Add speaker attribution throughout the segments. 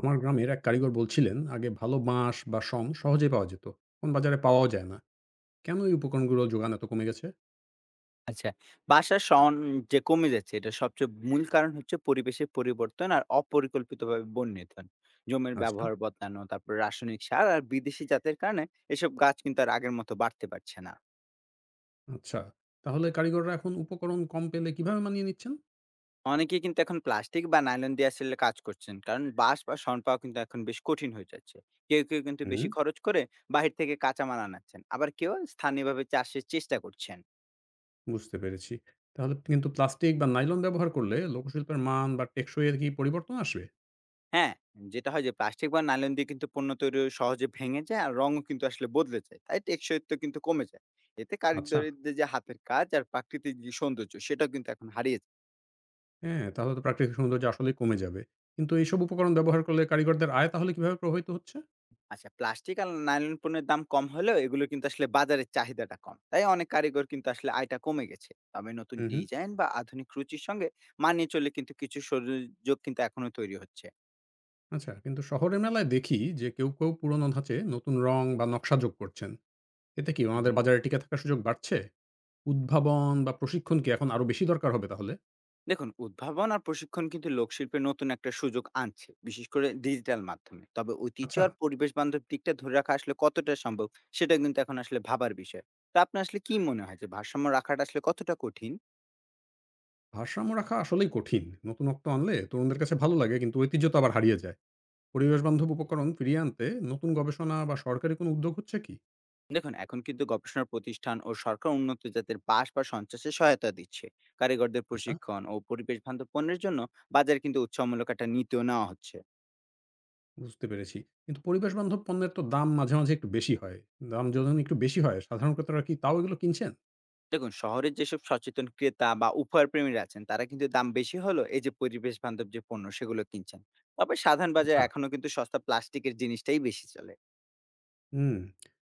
Speaker 1: আমার গ্রামের এক কারিগর বলছিলেন আগে ভালো বাঁশ বা শন সহজে পাওয়া যেত। এখন বাজারে পাওয়াও যায় না। কেন এই উপকরণগুলো যোগান এত কমে গেছে?
Speaker 2: আচ্ছা, বাসার শন যে কমে যাচ্ছে এটার সবচেয়ে মূল কারণ হচ্ছে পরিবেশের পরিবর্তন আর অপরিকল্পিতভাবে বন নিধন। জমির
Speaker 1: আচ্ছা।
Speaker 2: ব্যবহার বদলানো, তারপর রাসায়নিক সার আর বিদেশি জাতের কারণে এসব গাছ কিন্তু আর আগের মতো বাড়তে পারছে না।
Speaker 1: আচ্ছা, তাহলে কারিগররা এখন উপকরণ কম পেলে কিভাবে মানিয়ে নিচ্ছেন?
Speaker 2: অনেকেই কিন্তু এখন প্লাস্টিক বা নাইলন দিয়ে আসলে কাজ করছেন। কারণ বাঁশ বা শন পাওয়া কিন্তু এখন বেশ কঠিন হয়ে যাচ্ছে। কেউ কেউ কিন্তু
Speaker 1: হুম।
Speaker 2: বেশি খরচ করে বাহির থেকে কাঁচামাল আনাচ্ছেন। আবার কেউ স্থানীয়ভাবে চাষের চেষ্টা করছেন।
Speaker 1: বুঝতে পেরেছি। তাহলে কিন্তু প্লাস্টিক বা নাইলন ব্যবহার করলে লোকশিল্পের মান বা টেকসই এর কি পরিবর্তন আসবে?
Speaker 2: হ্যাঁ, যেটা হয় যে প্লাস্টিক বা নাইলন দিয়ে কিন্তু পণ্য তৈরি সহজে ভেঙে যায় আর রঙও কিন্তু আসলে বদলে যায়। তাই টেকসইত্ব কিন্তু কমে যায়। এতে
Speaker 1: আচ্ছা।
Speaker 2: কারিগরদের যে হাতের কাজ আর প্রাকৃতিক যে সৌন্দর্য সেটাও কিন্তু এখন হারিয়েছে।
Speaker 1: হ্যাঁ, তাহলে তো প্রাকৃতিক সৌন্দর্য আসলে কমে যাবে। কিন্তু এইসব উপকরণ ব্যবহার করলে কারিগরদের আয় তাহলে কিভাবে প্রভাবিত হচ্ছে?
Speaker 2: আচ্ছা, প্লাস্টিক আর নাইলন পণ্যের দাম কম হলেও এগুলো কিন্তু আসলে বাজারের চাহিদাটা কম। তাই অনেক কারিগর কিন্তু আসলে আয়টা কমে গেছে। তবে নতুন
Speaker 1: হুম হুম।
Speaker 2: ডিজাইন বা আধুনিক রুচির সঙ্গে মানিয়ে চললে কিন্তু কিছু সুযোগ কিন্তু এখনো তৈরি হচ্ছে।
Speaker 1: আচ্ছা, কিন্তু শহরের মেলায় দেখি যে কেউ কেউ পুরনো ধাঁচে নতুন রং বা নকশা যোগ করছেন। এতে কি আমাদের
Speaker 2: হুম।
Speaker 1: বাজারে টিকে থাকার সুযোগ বাড়ছে? উদ্ভাবন বা প্রশিক্ষণ কি এখন আরো বেশি দরকার হবে তাহলে?
Speaker 2: দেখুন, উদ্ভাবন আর প্রশিক্ষণ কিন্তু লোকশিল্পে নতুন একটা সুযোগ আনছে, বিশেষ করে ডিজিটাল মাধ্যমে। তবে ঐতিহ্য
Speaker 1: আচ্ছা,
Speaker 2: আর পরিবেশ বান্ধব দিকটা ধরে রাখা আসলে কতটা সম্ভব, সেটা কিন্তু এখন আসলে ভাবার বিষয়। তা আপনার আসলে কি মনে হয়, যে ভারসাম্য রাখাটা আসলে কতটা কঠিন?
Speaker 1: ভারসাম্য রাখা আসলেই কঠিন। নতুনত্ব আনলে তরুণদের কাছে ভালো লাগে কিন্তু ঐতিহ্য তো আবার হারিয়ে যায়। পরিবেশবান্ধব উপকরণ ফিরিয়ে আনতে নতুন গবেষণা বা সরকারি কোনো উদ্যোগ হচ্ছে কি?
Speaker 2: দেখুন, এখন কিন্তু গবেষণার প্রতিষ্ঠান ও সরকার উন্নত জাতের বাস বা সঞ্চাসে সহায়তা দিচ্ছে, কারিগরদের
Speaker 1: আচ্ছা,
Speaker 2: প্রশিক্ষণ ও পরিবেশ বান্ধব পণ্যের জন্য বাজারে কিন্তু উৎসাহমূলক একটা নীতিও নেওয়া হচ্ছে।
Speaker 1: বুঝতে পেরেছি। কিন্তু পরিবেশবান্ধব পণ্যের তো দাম মাঝে, মাঝে একটু বেশি হয়। দাম যখন একটু বেশি হয় সাধারণ ক্রেতারা কি তাও এগুলো কিনছেন?
Speaker 2: দেখুন, শহরের যেসব সচেতন ক্রেতা বা উপহার প্রেমীরা আছেন তারা কিন্তু দাম বেশি হলো এই যে পরিবেশ বান্ধব যে পণ্য সেগুলো কিনছেন। তবে সাধারণ বাজারে
Speaker 1: আচ্ছা,
Speaker 2: এখনো কিন্তু সস্তা প্লাস্টিকের জিনিসটাই বেশি চলে।
Speaker 1: হুম।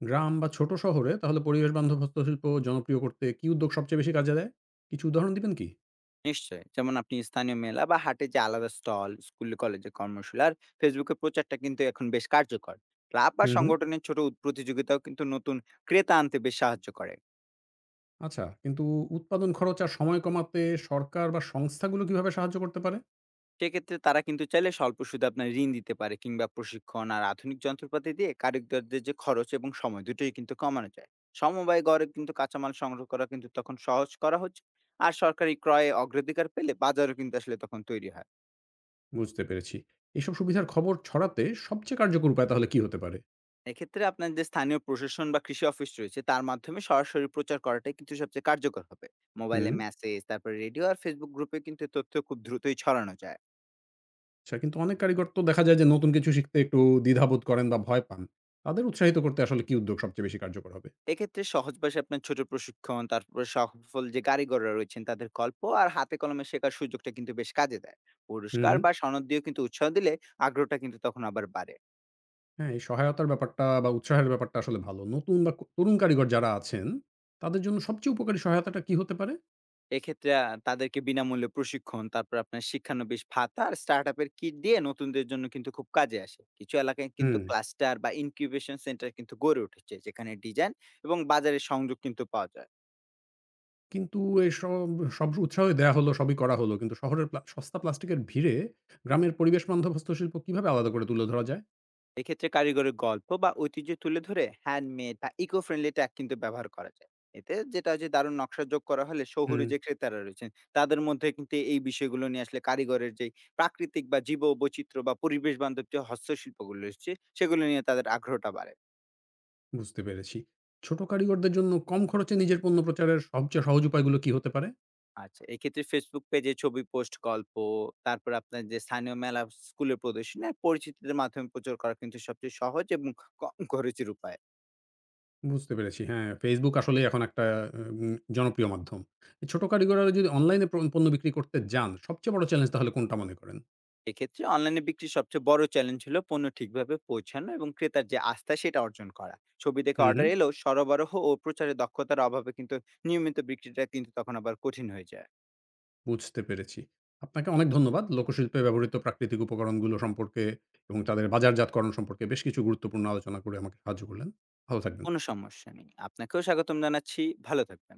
Speaker 1: গ্রাম বা ছোট শহরে তাহলে পরিবেশবান্ধব হস্তশিল্প জনপ্রিয় করতে কি উদ্যোগ সবচেয়ে বেশি কাজে দেয়? কিছু উদাহরণ দিবেন কি?
Speaker 2: নিশ্চয়ই, যেমন আপনি স্থানীয় মেলা বা হাটে যে আলাদা স্টল, স্কুল কলেজে কর্মশালা আর ফেসবুকে প্রচারটা কিন্তু এখন বেশ কার্যকর। ক্লাব বা
Speaker 1: হুম, হুম।
Speaker 2: সংগঠনের ছোট প্রতিযোগিতাও কিন্তু নতুন ক্রেতা আনতে বেশ সাহায্য করে।
Speaker 1: আচ্ছা, কিন্তু উৎপাদন খরচ আর সময় কমাতে সরকার বা সংস্থাগুলো কিভাবে সাহায্য করতে পারে?
Speaker 2: সেক্ষেত্রে তারা কিন্তু চাইলে স্বল্প সুদে আপনার ঋণ দিতে পারে, কিংবা প্রশিক্ষণ আর আধুনিক যন্ত্রপাতি দিয়ে কারিগরদের যে খরচ এবং সময় দুটোই কিন্তু কমানো যায়। সমবায় গড়ে কিন্তু কাঁচামাল সংগ্রহ করা কিন্তু তখন সহজ করা হচ্ছে। আর সরকারি ক্রয়ে অগ্রাধিকার পেলে বাজারও কিন্তু আসলে তখন তৈরি হয়।
Speaker 1: বুঝতে পেরেছি। এসব সুবিধার খবর ছড়াতে সবচেয়ে কার্যকর উপায় তাহলে কি হতে পারে?
Speaker 2: এক্ষেত্রে আপনার যে স্থানীয় প্রশাসন বা কৃষি অফিস রয়েছে তার মাধ্যমে সরাসরি প্রচার করাটাই কিন্তু সবচেয়ে কার্যকর হবে। মোবাইলে
Speaker 1: হুম,
Speaker 2: মেসেজ, তারপর রেডিও আর ফেসবুক গ্রুপে কিন্তু তথ্য খুব দ্রুতই ছড়ানো যায়।
Speaker 1: আচ্ছা কিন্তু অনেক কারিগর তো দেখা যায় যে নতুন কিছু শিখতে একটু দ্বিধাবোধ করেন বা ভয় পান। তাদের উৎসাহিত করতে আসলে কি উদ্যোগ সবচেয়ে বেশি কার্যকর হবে?
Speaker 2: এক্ষেত্রে সহজ ভাষায় আপনার ছোট প্রশিক্ষণ, তারপরে সফল যে কারিগররা রয়েছেন তাদের গল্প আর হাতে কলমে শেখার সুযোগটা কিন্তু বেশ কাজে দেয়।
Speaker 1: হুম,
Speaker 2: পুরস্কার
Speaker 1: হুম।
Speaker 2: বা সনদ দিয়েও কিন্তু উৎসাহ দিলে আগ্রহটা কিন্তু তখন আবার বাড়ে।
Speaker 1: হ্যাঁ, এই সহায়তার ব্যাপারটা বা উৎসাহের ব্যাপারটা আসলে ভালো। নতুন বা ক তরুণ কারিগর যারা আছেন, তাদের জন্য সবচেয়ে উপকারী সহায়তাটা কি হতে পারে?
Speaker 2: এক্ষেত্রে তাদেরকে বিনামূল্যে প্রশিক্ষণ, তারপর আপনার শিক্ষানবিশ ভাতা আর স্টার্টআপ এর কিট দিয়ে নতুনদের জন্য কিন্তু খুব কাজে আসে। কিছু এলাকায় কিন্তু
Speaker 1: হুম।
Speaker 2: ক্লাস্টার বা ইনকিউবেশন সেন্টার কিন্তু গড়ে উঠেছে যেখানে ডিজাইন এবং বাজারের সংযোগ কিন্তু পাওয়া যায়।
Speaker 1: কিন্তু এসব সব সব উৎসাহই দেয়া হলো, সবই করা হলো। কিন্তু শহরের প্লা সস্তা প্লাস্টিকের ভিড়ে গ্রামের পরিবেশ বান্ধব হস্তশিল্প কিভাবে আলাদা করে তুলে ধরা যায়?
Speaker 2: এক্ষেত্রে কারিগরের গল্প বা ঐতিহ্য তুলে ধরে হ্যান্ডমেড বা ইকো ফ্রেন্ডলি ট্যাগ কিন্তু ব্যবহার করা যায়। এতে যেটা যে দারুণ নকশা যোগ করা হলে শহুরে
Speaker 1: হুম।
Speaker 2: যে ক্রেতারা রয়েছেন তাদের মধ্যে কিন্তু এই বিষয়গুলো নিয়ে আসলে কারিগরের যে প্রাকৃতিক বা জীব বৈচিত্র্য বা পরিবেশ বান্ধব যে হস্তশিল্পগুলো রয়েছে সেগুলো নিয়ে তাদের আগ্রহটা বাড়ে।
Speaker 1: বুঝতে পেরেছি। ছোট কারিগরদের জন্য কম খরচে নিজের পণ্য প্রচারের সবচেয়ে সহজ উপায়গুলো কি হতে পারে?
Speaker 2: আচ্ছা, এক্ষেত্রে ফেসবুক পেজে ছবি পোস্ট, গল্প, তারপর আপনার যে স্থানীয় মেলা, স্কুলের প্রদর্শনী আর পরিচিতদের মাধ্যমে প্রচার করা কিন্তু সবচেয়ে সহজ এবং কম খরচের উপায়।
Speaker 1: বুঝতে পেরেছি। হ্যাঁ, Facebook আসলেই এখন একটা জনপ্রিয় মাধ্যম। এই ছোট কারিগররা যদি অনলাইনে প্র পণ্য বিক্রি করতে যান, সবচেয়ে বড় চ্যালেঞ্জ তাহলে কোনটা মনে করেন?
Speaker 2: এক্ষেত্রে অনলাইনে বিক্রির সবচেয়ে বড় চ্যালেঞ্জ হলো পণ্য ঠিকভাবে পৌঁছানো এবং ক্রেতার যে আস্থা সেটা অর্জন করা। ছবি দেখে
Speaker 1: হুম,
Speaker 2: অর্ডার
Speaker 1: হুম।
Speaker 2: এলেও সরবরাহ ও প্রচারের দক্ষতার অভাবে কিন্তু নিয়মিত বিক্রিটা কিন্তু তখন আবার কঠিন হয়ে যায়।
Speaker 1: বুঝতে পেরেছি। আপনাকে অনেক ধন্যবাদ। লোকশিল্পে ব্যবহৃত প্রাকৃতিক উপকরণগুলো সম্পর্কে এবং তাদের বাজারজাতকরণ সম্পর্কে বেশ কিছু গুরুত্বপূর্ণ আলোচনা করে আমাকে সাহায্য করলেন। ভালো থাকবেন।
Speaker 2: কোনো সমস্যা নেই, আপনাকেও স্বাগতম জানাচ্ছি। ভালো থাকবেন।